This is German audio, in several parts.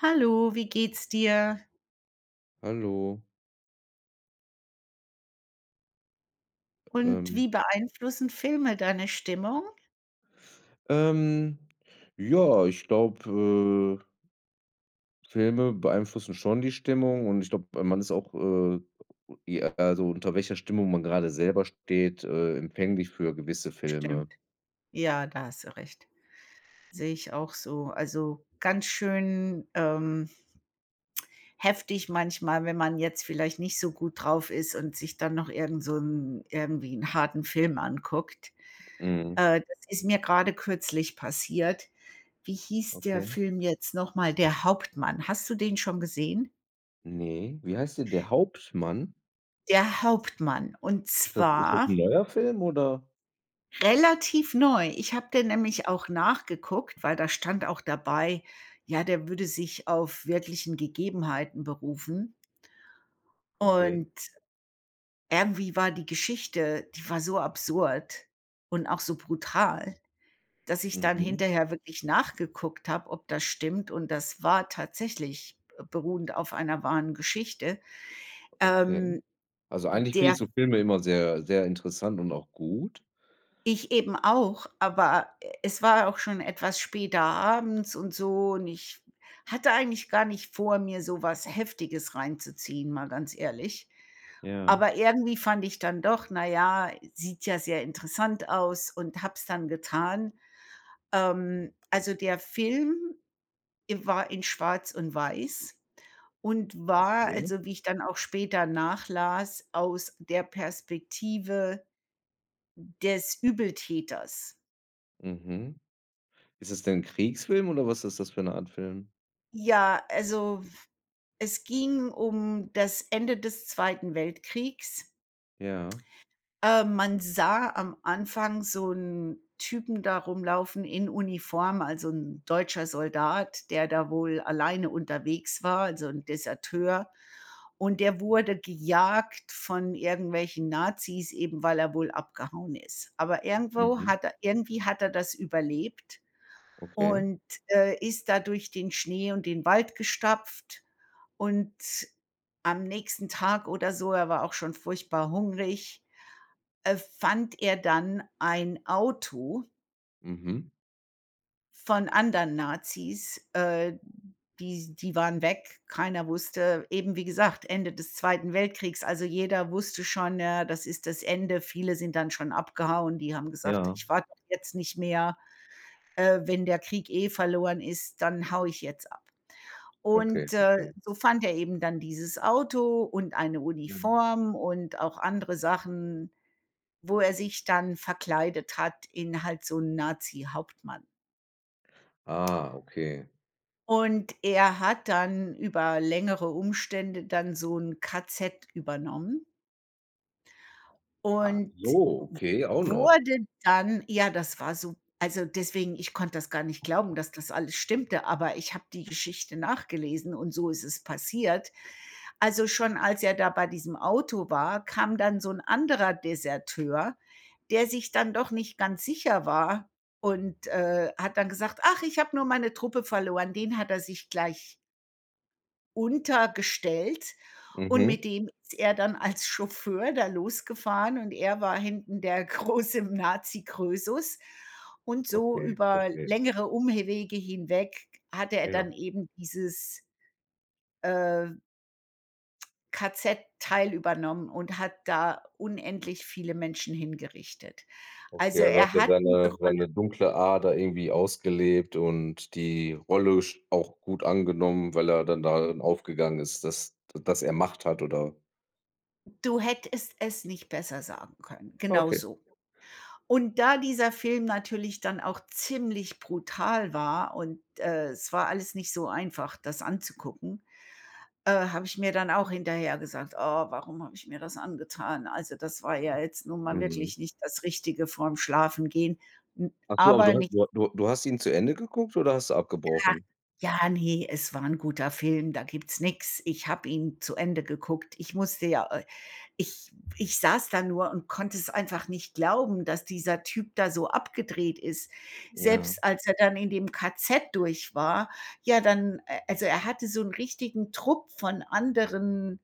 Hallo, wie geht's dir? Hallo. Und Ähm, wie beeinflussen Filme deine Stimmung? ähm, ja, ich glaube, Filme beeinflussen schon die Stimmung und ich glaube, man ist auch, ja, also unter welcher Stimmung man gerade selber steht, empfänglich für gewisse Stimmt. Filme. Ja, da hast du recht. Sehe ich auch so. Also, ganz schön, heftig manchmal, wenn man jetzt vielleicht nicht so gut drauf ist und sich dann noch irgend so 'n irgendwie einen harten Film anguckt. Mhm. Das ist mir gerade kürzlich passiert. Wie hieß der Okay. Film jetzt noch mal? Der Hauptmann. Hast du den schon gesehen? Ne, wie heißt der? Der Hauptmann? Der Hauptmann. Und Ist das ein zwar neuer Film oder? relativ neu. Ich habe den nämlich auch nachgeguckt, weil da stand auch dabei, ja, der würde sich auf wirklichen Gegebenheiten berufen. Okay. Und irgendwie war die Geschichte, die war so absurd und auch so brutal, dass ich dann Mhm. hinterher wirklich nachgeguckt habe, ob das stimmt. Und das war tatsächlich beruhend auf einer wahren Geschichte. Okay. Ähm, Also, eigentlich finde der ich so Filme immer sehr, sehr interessant und auch gut. Ich eben auch, aber es war auch schon etwas später abends und so und ich hatte eigentlich gar nicht vor, mir so was Heftiges reinzuziehen, mal ganz ehrlich. Ja. Aber irgendwie fand ich dann doch, na ja, sieht ja sehr interessant aus und hab's dann getan. Also, der Film war in Schwarz und Weiß und war Okay. also, wie ich dann auch später nachlas, aus der Perspektive des Übeltäters. Mhm. Ist es denn 'n Kriegsfilm oder was ist das für 'ne Art Film? Ja, also es ging um das Ende des Zweiten Weltkriegs. Ja. Man sah am Anfang so einen Typen da rumlaufen in Uniform, also 'n deutscher Soldat, der da wohl alleine unterwegs war, also ein Deserteur. Und der wurde gejagt von irgendwelchen Nazis, eben weil er wohl abgehauen ist. Aber irgendwo Mhm. hat er das überlebt Okay. und, ist da durch den Schnee und den Wald gestapft und am nächsten Tag oder so, er war auch schon furchtbar hungrig, fand er dann ein Auto Mhm. von anderen Nazis, die waren weg. Keiner wusste, eben wie gesagt, Ende des Zweiten Weltkriegs. Also, jeder wusste schon, ja, das ist das Ende. Viele sind dann schon abgehauen. Die haben gesagt: Ja. „Ich warte jetzt nicht mehr. Wenn der Krieg eh verloren ist, dann hau ich jetzt ab.“ Okay, Und, verstehe. so fand er eben dann dieses Auto und eine Mhm. Uniform und auch andere Sachen, wo er sich dann verkleidet hat in halt so 'n Nazi-Hauptmann. Ah, okay. Und er hat dann über längere Umstände dann so 'n KZ übernommen. Ach Und so, okay, auch noch. wurde dann, ja, das war so, also, deswegen, ich konnte das gar nicht glauben, dass das alles stimmte, aber ich habe die Geschichte nachgelesen und so ist es passiert. Also, schon als er da bei diesem Auto war, kam dann so ein anderer Deserteur, der sich dann doch nicht ganz sicher war und, hat dann gesagt: „Ach, ich habe nur meine Truppe verloren.“ Den hat er sich gleich untergestellt und Mhm. mit dem ist er dann als Chauffeur da losgefahren und er war hinten der große Nazi Krösus. Und so Okay, über verstehe. längere Umwege hinweg hatte er Ja. dann eben dieses, äh, KZ teil übernommen und hat da unendlich viele Menschen hingerichtet. Okay, Also, also hat er er hat diese seine Rolle, seine dunkle Ader irgendwie ausgelebt und die Rolle sch auch gut angenommen, weil er dann darin aufgegangen ist, dass er Macht hat oder du hättest es nicht besser sagen können. Genau okay. so. Und da dieser Film natürlich dann auch ziemlich brutal war und, es war alles nicht so einfach, das anzugucken, habe ich mir dann auch hinterher gesagt: „Oh, warum habe ich mir das angetan?“ Also, das war ja jetzt nun mal Mhm. wirklich nicht das Richtige vorm Schlafengehen. N Ach so, aber du aber ha nicht du du du hast ihn zu Ende geguckt oder hast du abgebrochen? ja, ne, es war 'n guter Film, da gibt's nix. Ich habe ihn zu Ende geguckt. Ich musste ja, Ich ich saß da nur und konnte es einfach nicht glauben, dass dieser Typ da so abgedreht ist. Ja. Selbst als er dann in dem KZ durch war, ja, dann also er hatte so einen richtigen Trupp von anderen,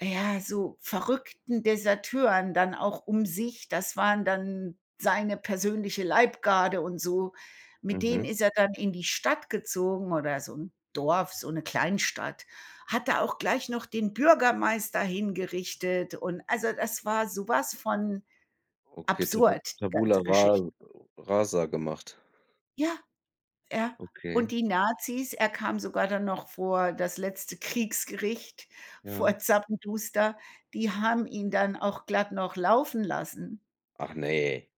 ja, so verrückten Deserteuren dann auch um sich. Das waren dann seine persönliche Leibgarde und so. Mit denen Mhm. ist er dann in die Stadt gezogen oder so ein Dorf, so eine Kleinstadt. Hat da auch gleich noch den Bürgermeister hingerichtet und also, das war sowas von Okay, Tabu absurd, die Tabula ganze Ra Geschichte. Rasa gemacht. Ja. Ja. Und Okay, die Nazis, er kam sogar dann noch vor das letzte Kriegsgericht, ja. vor Zappenduster, die haben ihn dann auch glatt noch laufen lassen. Ach ne,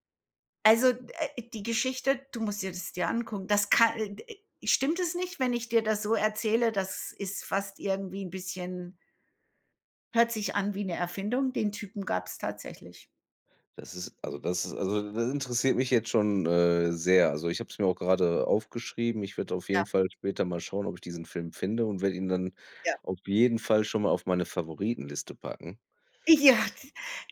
Also, die Geschichte, du musst dir das dir angucken, das kann d stimmt es nicht, wenn ich dir das so erzähle? Das ist fast irgendwie 'n bisschen, hört sich an wie 'ne Erfindung. Den Typen gab's tatsächlich. das ist also, das interessiert mich jetzt schon, sehr. Also, ich habe es mir auch grade aufgeschrieben. Ich werde auf Ja, jeden Fall später mal schauen, ob ich diesen Film finde und werde ihn dann ja. auf jeden Fall schon mal auf meine Favoritenliste packen. Ja,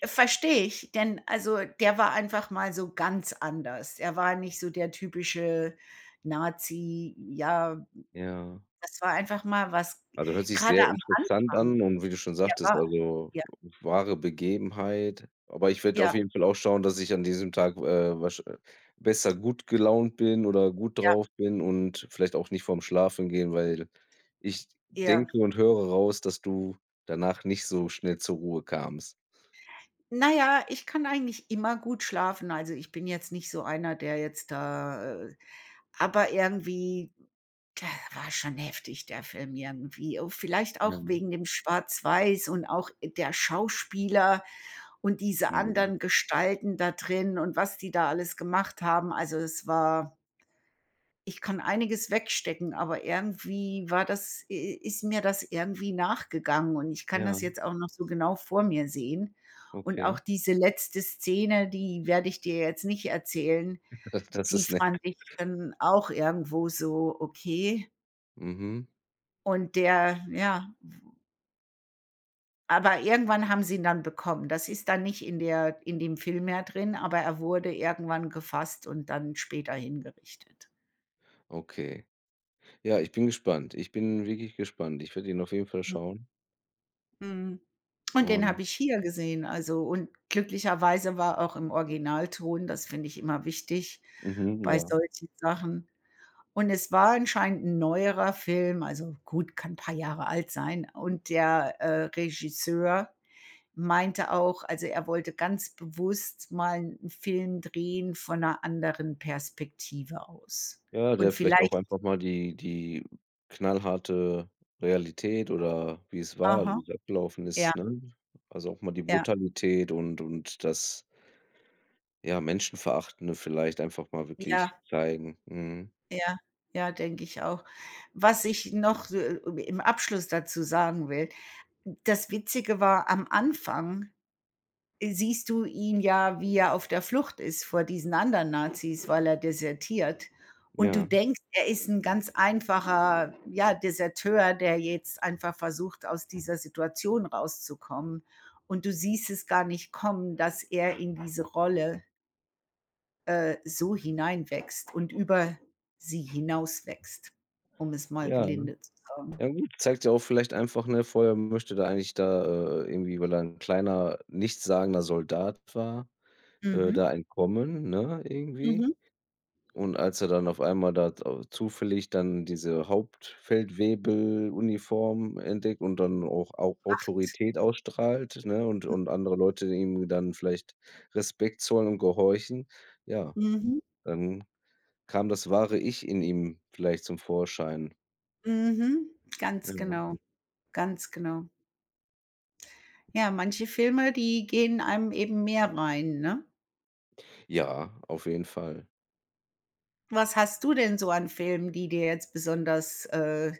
verstehe ich, denn also, der war einfach mal so ganz anders. Er war nicht so der typische Nazi. Ja, Ja. das war einfach mal was, Also, hört sich grade sehr am interessant Anfang. an und wie du schon Ja, sagtest, war also, ja, wahre Begebenheit. Aber ich werde auf ja, jeden Fall auch schauen, dass ich an diesem Tag, wasch besser gut gelaunt bin oder gut ja, drauf bin und vielleicht auch nicht vorm Schlafen gehen, weil ich ja. denke und höre raus, dass du danach nicht so schnell zur Ruhe kamst. Na ja, ich kann eigentlich immer gut schlafen. Also, ich bin jetzt nicht so einer, der jetzt da aber irgendwie, der war schon heftig, der Film irgendwie. Oh, vielleicht Ja, auch wegen dem Schwarz-Weiß und auch der Schauspieler und diese mhm. anderen Gestalten da drin und was die da alles gemacht haben. Also, es war, ich kann einiges wegstecken, aber irgendwie war das i ist mir das irgendwie nachgegangen und ich kann Ja, das jetzt auch noch so genau vor mir sehen. Und okay. auch diese letzte Szene, die werde ich dir jetzt nicht erzählen, Das die ist nett. fand ich dann auch irgendwo so okay. Mhm, Und der, ja, aber irgendwann haben sie ihn dann bekommen. Das ist dann nicht in der in dem Film mehr drin, aber er wurde irgendwann gefasst und dann später hingerichtet. okay. Ja, ich bin gespannt. Ich bin wirklich gespannt. Ich werde ihn auf jeden Fall schauen Mhm. Und den und habe ich hier gesehen, also, und glücklicherweise war auch im Originalton, das finde ich immer wichtig mhm, bei ja. solchen Sachen. Und es war anscheinend 'n neuerer Film, also gut, kann 'n paar Jahre alt sein. Und der, Regisseur meinte auch, also er wollte ganz bewusst mal 'n Film drehen von 'ner anderen Perspektive aus. Ja, Und der vielleicht auch vielleicht, einfach mal die knallharte Realität oder wie es war, aha, wie es abgelaufen ja, ist, ne? Also, auch mal die ja, Brutalität und das, ja, Menschenverachtende vielleicht einfach mal wirklich ja. zeigen. Mhm. Ja, ja, denke ich auch. Was ich noch, so, um im Abschluss dazu sagen will, das Witzige war, am Anfang siehst du ihn ja, wie er auf der Flucht ist vor diesen anderen Nazis, weil er desertiert. Und du Ja, denkst, er ist ein ganz einfacher, ja, Deserteur, der jetzt einfach versucht, aus dieser Situation rauszukommen. Und du siehst es gar nicht kommen, dass er in diese Rolle so hineinwächst und über sie hinauswächst, um es mal ja. gelinde zu sagen. Ja gut, zeigt ja auch vielleicht einfach, ne, vorher möchte da eigentlich da, irgendwie, weil er 'n kleiner, nichtssagender Soldat war, Mhm. da entkommen, ne, irgendwie. Mhm. Und als er dann auf einmal da au zufällig dann diese Hauptfeldwebeluniform entdeckt und dann auch Au Autorität ausstrahlt, ne, und andere Leute ihm dann vielleicht Respekt zollen und gehorchen, ja, Mhm. dann kam das wahre Ich in ihm vielleicht zum Vorschein. Mhm. Ganz Ja. genau, ganz genau. Ja, manche Filme, die gehen einem eben mehr rein, ne? Ja, auf jeden Fall. Was hast du denn so an Filmen, die dir jetzt besonders,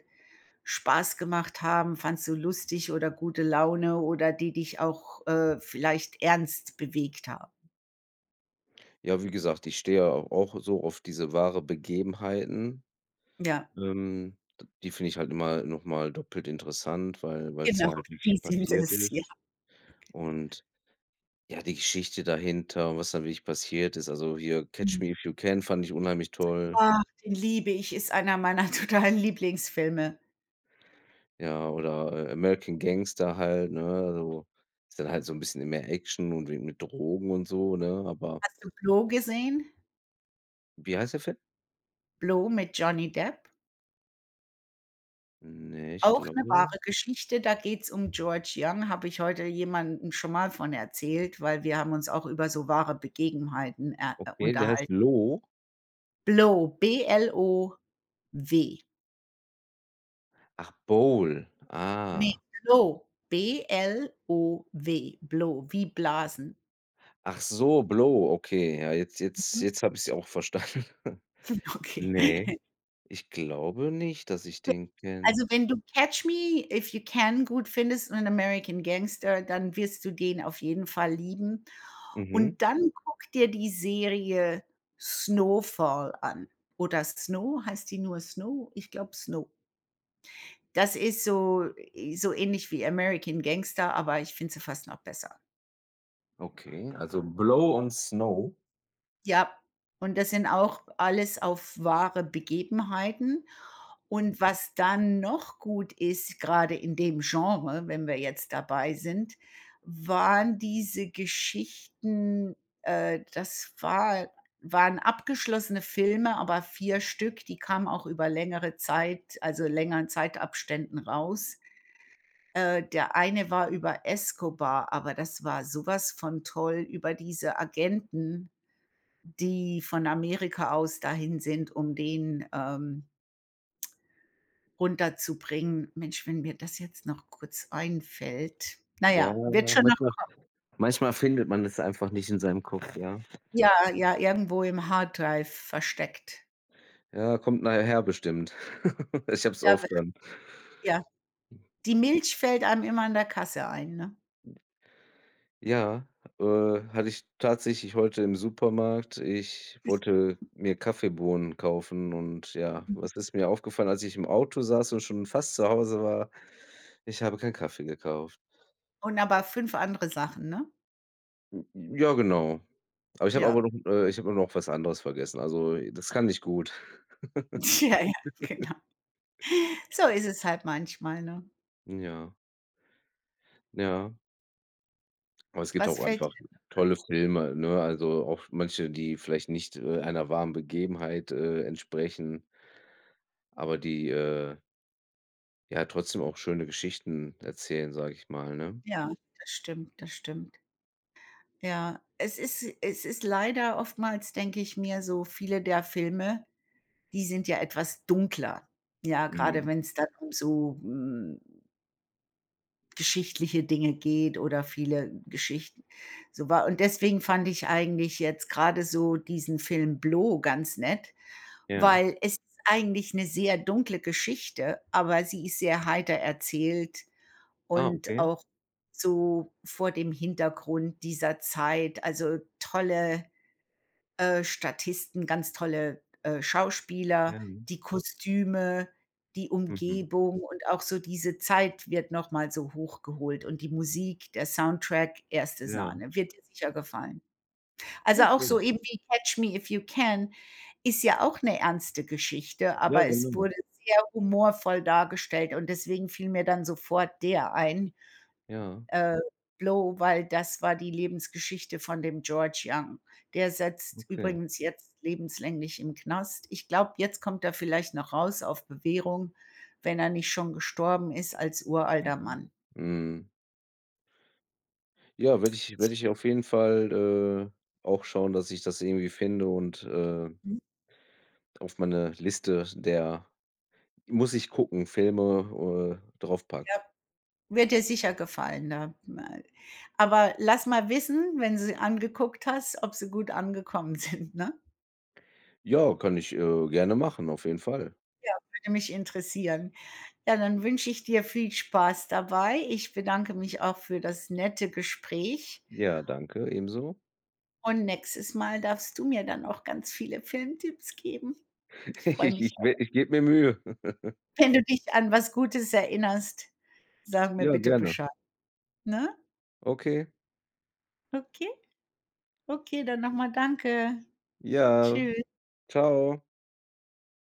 Spaß gemacht haben? Fandst du lustig oder gute Laune oder die dich auch, vielleicht ernst bewegt haben? Ja, wie gesagt, ich stehe ja au auch so auf diese wahre Begebenheiten. Ja, D die finde ich halt immer noch mal doppelt interessant, weil es ja genau, halt die wirklich sind passiert es, ist. ja. Und ja, die Geschichte dahinter und was da wirklich passiert ist. Also, hier „Catch Me if You Can“ fand ich unheimlich toll, Ach, den liebe ich, ist einer meiner totalen Lieblingsfilme. ja, oder, „American Gangster“ halt, ne? Also, ist dann halt so ein bisschen mehr Action und we mit Drogen und so, ne? Aber Hast du Blow gesehen? wie heißt der Film? Blow mit Johnny Depp? Ne, ich Auch 'ne glaube wahre Geschichte, da geht's um George Young, habe ich heute jemandem schon mal von erzählt, weil wir haben uns auch über so wahre Begebenheiten, okay, der heißt unterhalten. „Blow“? Blow, B-L-O-W. Ach, „Bowl“. Ne, Ah. Blow, B-L-O-W, Blow, wie Blasen. Ach so, „Blow“, okay. Ja, jetzt jetzt Mhm. jetzt habe ich es auch verstanden. Okay. Ne, ich glaube nicht, dass ich den kenne. Also, wenn du „Catch Me If You Can“ gut findest und „American Gangster“, dann wirst du den auf jeden Fall lieben. Mhm. Und dann guck dir die Serie „Snowfall“ an oder „Snow“, heißt die nur „Snow“? Ich glaube „Snow“. Das ist so so ähnlich wie „American Gangster“, aber ich finde sie fast noch besser. Okay, also Blow und Snow. Ja, und das sind auch alles auf wahre Begebenheiten. Und was dann noch gut ist, gerade in dem Genre, wenn wir jetzt dabei sind, waren diese Geschichten, das war waren abgeschlossene Filme, aber 4 Stück, die kamen auch über längere Zeit, also längeren Zeitabständen raus. Der eine war über Escobar, aber das war sowas von toll über diese Agenten, die von Amerika aus dahin sind, um den, runterzubringen. Mensch, wenn mir das jetzt noch kurz einfällt. Na Ja, ja, wird schon noch, manchmal manchmal findet man es einfach nicht in seinem Kopf, ja. ja, ja, irgendwo im Harddrive versteckt. Ja, kommt nachher bestimmt. Ich habe es Ja, oft w dann. ja. Die Milch fällt einem immer an der Kasse ein, ne? Ja, äh, hatte ich tatsächlich heute im Supermarkt. Ich wollte mir Kaffeebohnen kaufen und ja, was ist mir aufgefallen, als ich im Auto saß und schon fast zu Hause war? Ich habe keinen Kaffee gekauft. Und aber 5 andere Sachen, ne? Ja, genau. Aber ich habe aber Ja. noch ich habe noch was anderes vergessen. Also, das kann nicht gut. Ja, ja, genau. So ist es halt manchmal, ne? Ja, ja. Aber es gibt Was auch fällt einfach dir, tolle Filme, ne? Also, auch manche, die vielleicht nicht, einer wahren Begebenheit, entsprechen, aber die, ja, trotzdem auch schöne Geschichten erzählen, sage ich mal, ne? ja, das stimmt, das stimmt. Ja, es ist leider oftmals, denke ich mir, so viele der Filme, die sind ja etwas dunkler. Ja, gerade Mhm. wenn es dann um so, hm, geschichtliche Dinge geht oder viele Geschichten so war. Und deswegen fand ich eigentlich jetzt gerade so diesen Film „Blow“ ganz nett, Ja. weil es ist eigentlich eine sehr dunkle Geschichte, aber sie ist sehr heiter erzählt Ah, und okay. auch so vor dem Hintergrund dieser Zeit, also tolle Statisten, ganz tolle, Ja. Schauspieler, die Kostüme, die Mhm. Umgebung und auch so diese Zeit wird noch mal so hochgeholt und die Musik, der Soundtrack, erste Ja. Sahne, wird dir sicher gefallen. Also, auch Okay. so eben wie „Catch Me If You Can“ ist ja auch 'ne ernste Geschichte, Ja, aber es genau. wurde sehr humorvoll dargestellt und deswegen fiel mir dann sofort der ein. Ja, Äh, Blow, weil das war die Lebensgeschichte von dem George Young. Der sitzt okay. übrigens jetzt lebenslänglich im Knast. Ich glaube, jetzt kommt er vielleicht noch raus auf Bewährung, wenn er nicht schon gestorben ist als uralter Mhm. Mann. Mhm. Ja, werde ich auf jeden Fall, auch schauen, dass ich das irgendwie finde und, Mhm. auf meine Liste der Muss ich gucken, Filme, drauf Wird dir sicher gefallen, da äh, aber lass mal wissen, wenn du sie angeguckt hast, ob sie gut angekommen sind, ne? Ja, kann ich, gerne machen, auf jeden Fall. Würde mich interessieren. Ja, dann wünsche ich dir viel Spaß dabei. Ich bedanke mich auch für das nette Gespräch. Ja, danke, ebenso. Und nächstes Mal darfst du mir dann auch ganz viele Filmtipps geben. Ich Ich freue ich mich auch. ich gebe mir Mühe. Wenn du dich an was Gutes erinnerst, sag mir Ja, bitte gerne. Bescheid, ne? Okay. Okay, okay, dann noch mal danke. Ja, Tschüss. Ciao.